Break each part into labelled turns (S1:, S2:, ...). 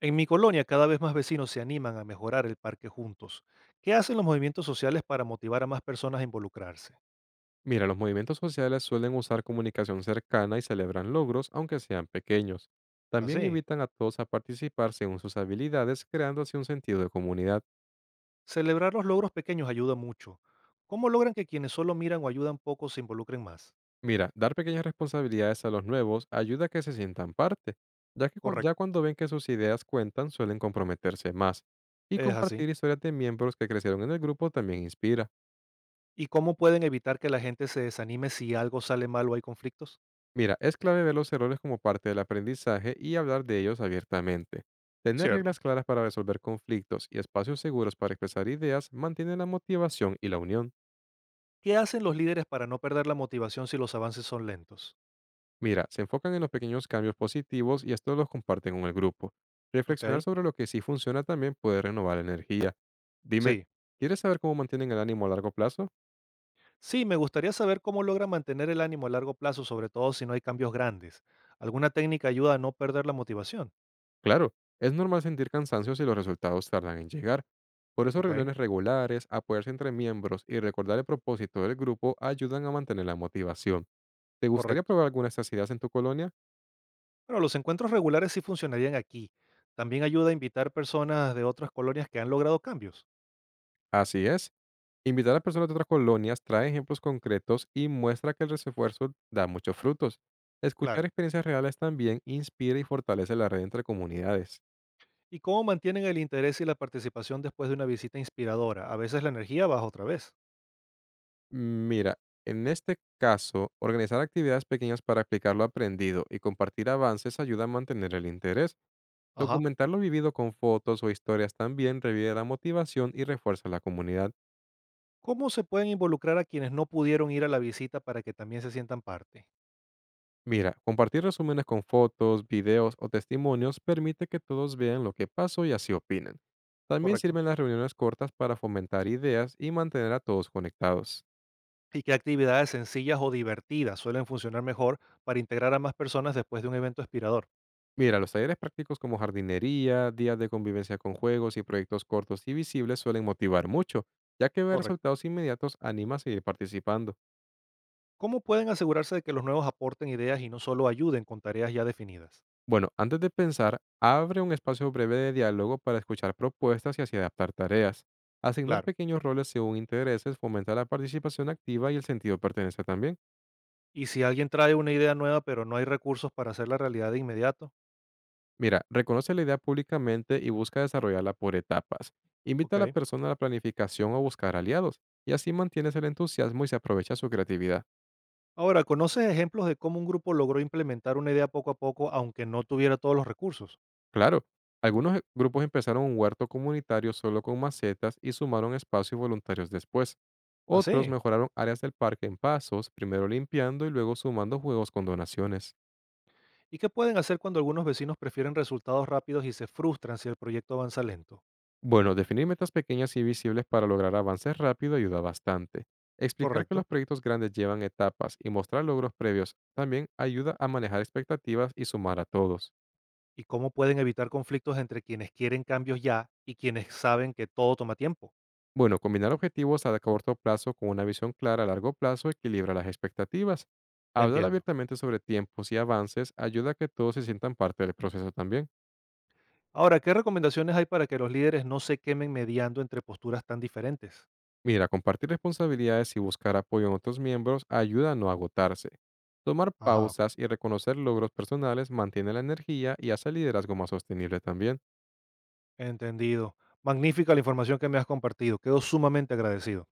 S1: En mi colonia cada vez más vecinos se animan a mejorar el parque juntos. ¿Qué hacen los movimientos sociales para motivar a más personas a involucrarse?
S2: Mira, los movimientos sociales suelen usar comunicación cercana y celebran logros, aunque sean pequeños. También
S1: Así,
S2: invitan a todos a participar según sus habilidades, creando así un sentido de comunidad.
S1: celebrar los logros pequeños ayuda mucho. ¿Cómo logran que quienes solo miran o ayudan poco se involucren más?
S2: Mira, dar pequeñas responsabilidades a los nuevos ayuda a que se sientan parte, ya
S1: Correcto,
S2: cuando ven que sus ideas cuentan suelen comprometerse más. Y
S1: es así.
S2: compartir historias de miembros que crecieron en el grupo también inspira.
S1: ¿Y cómo pueden evitar que la gente se desanime si algo sale mal o hay conflictos?
S2: Mira, es clave ver los errores como parte del aprendizaje y hablar de ellos abiertamente. Tener reglas
S1: Cierto.
S2: claras para resolver conflictos y espacios seguros para expresar ideas mantiene la motivación y la unión.
S1: ¿Qué hacen los líderes para no perder la motivación si los avances son lentos?
S2: Mira, se enfocan en los pequeños cambios positivos y estos los comparten con el grupo. Reflexionar
S1: Ok,
S2: sobre lo que sí funciona también puede renovar energía. Dime,
S1: sí.
S2: ¿quieres saber cómo mantienen el ánimo a largo plazo?
S1: Sí, me gustaría saber cómo logran mantener el ánimo a largo plazo, sobre todo si no hay cambios grandes. ¿Alguna técnica ayuda a no perder la motivación?
S2: Claro, es normal sentir cansancio si los resultados tardan en llegar. Por eso
S1: Ok,
S2: reuniones regulares, apoyarse entre miembros y recordar el propósito del grupo ayudan a mantener la motivación. ¿Te gustaría
S1: correcto.
S2: probar alguna de estas ideas en tu colonia?
S1: Bueno, los encuentros regulares sí funcionarían aquí. También ayuda a invitar personas de otras colonias que han logrado cambios.
S2: Así es. Invitar a personas de otras colonias trae ejemplos concretos y muestra que el esfuerzo da muchos frutos. Escuchar
S1: Claro.
S2: experiencias reales también inspira y fortalece la red entre comunidades.
S1: ¿Y cómo mantienen el interés y la participación después de una visita inspiradora? A veces la energía baja otra vez.
S2: Mira, en este caso, organizar actividades pequeñas para aplicar lo aprendido y compartir avances ayuda a mantener el interés.
S1: Ajá.
S2: Documentar lo vivido con fotos o historias también revive la motivación y refuerza la comunidad.
S1: ¿Cómo se pueden involucrar a quienes no pudieron ir a la visita para que también se sientan parte?
S2: Mira, compartir resúmenes con fotos, videos o testimonios permite que todos vean lo que pasó y así opinen. También
S1: Correcto.
S2: sirven las reuniones cortas para fomentar ideas y mantener a todos conectados.
S1: ¿Y qué actividades sencillas o divertidas suelen funcionar mejor para integrar a más personas después de un evento inspirador?
S2: Mira, los talleres prácticos como jardinería, días de convivencia con juegos y proyectos cortos y visibles suelen motivar mucho, ya que ver
S1: Correcto.
S2: resultados inmediatos anima a seguir participando.
S1: ¿Cómo pueden asegurarse de que los nuevos aporten ideas y no solo ayuden con tareas ya definidas?
S2: Bueno, antes de pensar, abre un espacio breve de diálogo para escuchar propuestas y así adaptar tareas. Asignar
S1: Claro.
S2: pequeños roles según intereses fomenta la participación activa y el sentido de pertenencia también.
S1: Y si alguien trae una idea nueva pero no hay recursos para hacerla realidad de inmediato,
S2: Mira, reconoce la idea públicamente y busca desarrollarla por etapas. Invita a la
S1: ok.
S2: persona a la planificación o buscar aliados, y así mantienes el entusiasmo y se aprovecha su creatividad.
S1: Ahora, ¿conoces ejemplos de cómo un grupo logró implementar una idea poco a poco aunque no tuviera todos los recursos?
S2: Claro, grupos empezaron un huerto comunitario solo con macetas y sumaron espacios voluntarios después. Otros
S1: Así.
S2: mejoraron áreas del parque en pasos, primero limpiando y luego sumando juegos con donaciones.
S1: ¿Y qué pueden hacer cuando algunos vecinos prefieren resultados rápidos y se frustran si el proyecto avanza lento?
S2: Bueno, definir metas pequeñas y visibles para lograr avances rápido ayuda bastante. Explicar que los
S1: Correcto.
S2: proyectos grandes llevan etapas y mostrar logros previos también ayuda a manejar expectativas y sumar a todos.
S1: ¿Y cómo pueden evitar conflictos entre quienes quieren cambios ya y quienes saben que todo toma tiempo?
S2: Bueno, combinar objetivos a corto plazo con una visión clara a largo plazo equilibra las expectativas. Hablar
S1: Entiendo.
S2: abiertamente sobre tiempos y avances ayuda a que todos se sientan parte del proceso también.
S1: Ahora, ¿qué recomendaciones hay para que los líderes no se quemen mediando entre posturas tan diferentes?
S2: Mira, compartir responsabilidades y buscar apoyo en otros miembros ayuda a no agotarse. Tomar
S1: Ajá,
S2: pausas y reconocer logros personales mantiene la energía y hace el liderazgo más sostenible también.
S1: entendido. Magnífica la información que me has compartido. Quedo sumamente agradecido.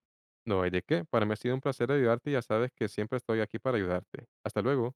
S2: No hay de qué. Para mí ha sido un placer ayudarte y ya sabes que siempre estoy aquí para ayudarte. Hasta luego.